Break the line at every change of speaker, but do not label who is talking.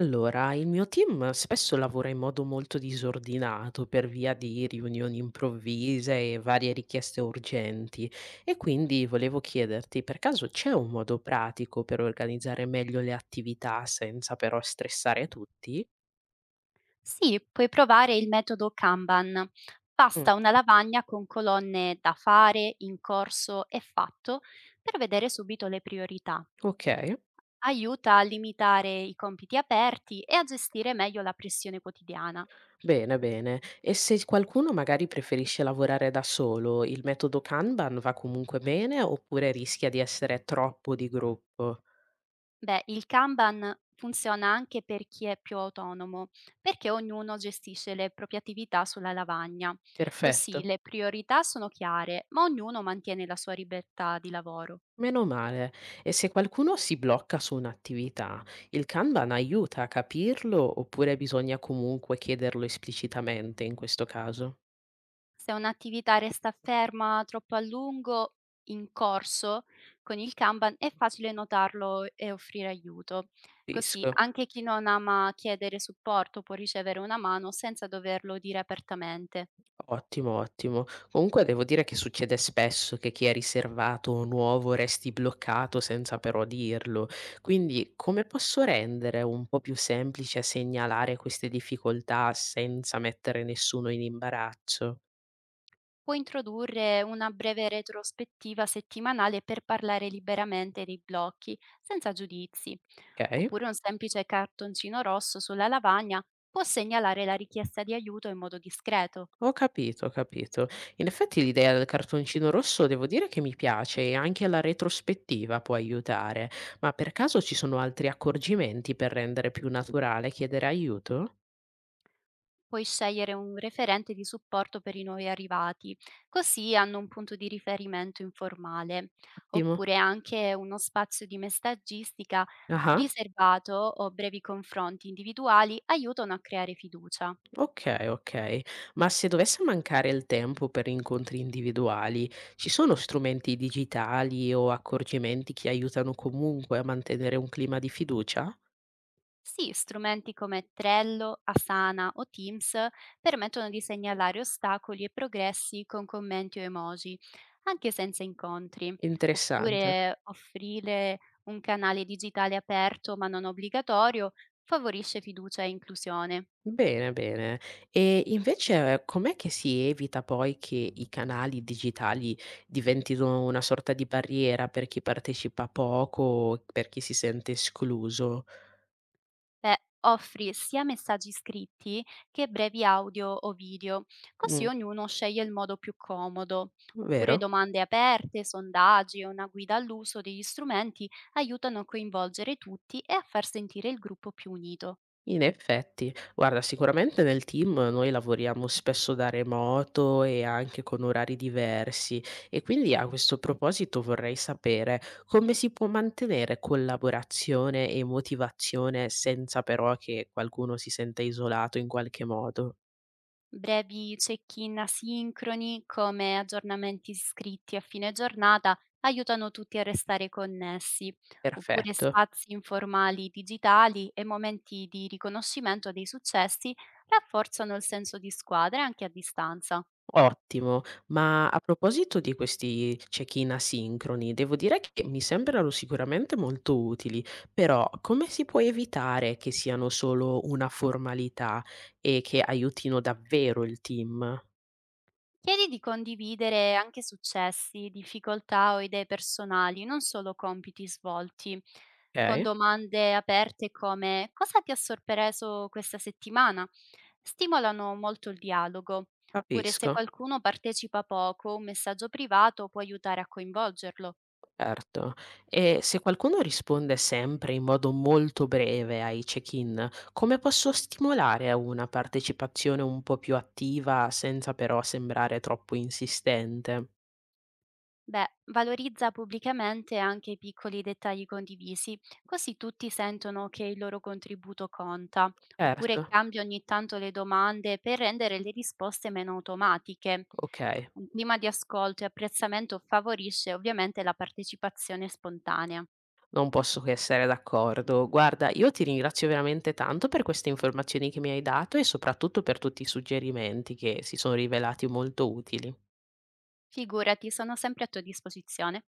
Allora, il mio team spesso lavora in modo molto disordinato per via di riunioni improvvise e varie richieste urgenti e quindi volevo chiederti, per caso c'è un modo pratico per organizzare meglio le attività senza però stressare tutti?
Sì, puoi provare il metodo Kanban.
Mm,
Basta una lavagna con colonne da fare, in corso e fatto per vedere subito le priorità.
ok,
Aiuta a limitare i compiti aperti e a gestire meglio la pressione quotidiana.
bene, bene. E se qualcuno magari preferisce lavorare da solo, il metodo Kanban va comunque bene oppure rischia di essere troppo di gruppo?
Beh, il Kanban funziona anche per chi è più autonomo, perché ognuno gestisce le proprie attività sulla lavagna. Così
Perfetto.
le priorità sono chiare, ma ognuno mantiene la sua libertà di lavoro.
Meno male. E se qualcuno si blocca su un'attività, il Kanban aiuta a capirlo oppure bisogna comunque chiederlo esplicitamente in questo caso?
Se un'attività resta ferma troppo a lungo in corso, con il Kanban è facile notarlo e offrire aiuto. Così
Capisco.
anche chi non ama chiedere supporto può ricevere una mano senza doverlo dire apertamente.
Ottimo, ottimo. Comunque devo dire che succede spesso che chi è riservato o nuovo resti bloccato senza però dirlo. Quindi come posso rendere un po' più semplice segnalare queste difficoltà senza mettere nessuno in imbarazzo?
Può introdurre una breve retrospettiva settimanale per parlare liberamente dei blocchi, senza giudizi.
Ok?
Oppure un semplice cartoncino rosso sulla lavagna può segnalare la richiesta di aiuto in modo discreto.
Ho capito, ho capito. In effetti l'idea del cartoncino rosso devo dire che mi piace e anche la retrospettiva può aiutare, ma per caso ci sono altri accorgimenti per rendere più naturale chiedere aiuto?
Puoi scegliere un referente di supporto per i nuovi arrivati, così hanno un punto di riferimento informale,
Ottimo.
oppure anche uno spazio di messaggistica
Ah,
riservato o brevi confronti individuali aiutano a creare fiducia.
ok, ok. Ma se dovesse mancare il tempo per incontri individuali, ci sono strumenti digitali o accorgimenti che aiutano comunque a mantenere un clima di fiducia?
Sì, strumenti come Trello, Asana o Teams permettono di segnalare ostacoli e progressi con commenti o emoji, anche senza incontri,
Interessante.
oppure offrire un canale digitale aperto ma non obbligatorio favorisce fiducia e inclusione.
Bene, bene. E invece com'è che si evita poi che i canali digitali diventino una sorta di barriera per chi partecipa poco, per chi si sente escluso?
Beh, offri sia messaggi scritti che brevi audio o video, così
Mh,
ognuno sceglie il modo più comodo. Oppure
vero?
domande aperte, sondaggi e una guida all'uso degli strumenti aiutano a coinvolgere tutti e a far sentire il gruppo più unito.
In effetti, guarda, sicuramente nel team noi lavoriamo spesso da remoto e anche con orari diversi e quindi a questo proposito vorrei sapere come si può mantenere collaborazione e motivazione senza però che qualcuno si senta isolato in qualche modo.
Brevi check-in asincroni, come aggiornamenti scritti a fine giornata, aiutano tutti a restare connessi, oppure
Perfetto.
spazi informali digitali e momenti di riconoscimento dei successi rafforzano il senso di squadra anche a distanza.
Ottimo, ma a proposito di questi check-in asincroni, devo dire che mi sembrano sicuramente molto utili, però come si può evitare che siano solo una formalità e che aiutino davvero il team?
Chiedi di condividere anche successi, difficoltà o idee personali, non solo compiti svolti, con
Ok,
domande aperte come "cosa ti ha sorpreso questa settimana?". Stimolano molto il dialogo, oppure se
capisco.
qualcuno partecipa poco, un messaggio privato può aiutare a coinvolgerlo.
Certo. E se qualcuno risponde sempre in modo molto breve ai check-in, come posso stimolare a una partecipazione un po' più attiva senza però sembrare troppo insistente?
Beh, valorizza pubblicamente anche i piccoli dettagli condivisi, così tutti sentono che il loro contributo conta, oppure
Certo.
cambia ogni tanto le domande per rendere le risposte meno automatiche.
Okay,
Un clima di ascolto e apprezzamento favorisce ovviamente la partecipazione spontanea.
non posso che essere d'accordo. Guarda, io ti ringrazio veramente tanto per queste informazioni che mi hai dato e soprattutto per tutti i suggerimenti che si sono rivelati molto utili.
Figurati, sono sempre a tua disposizione.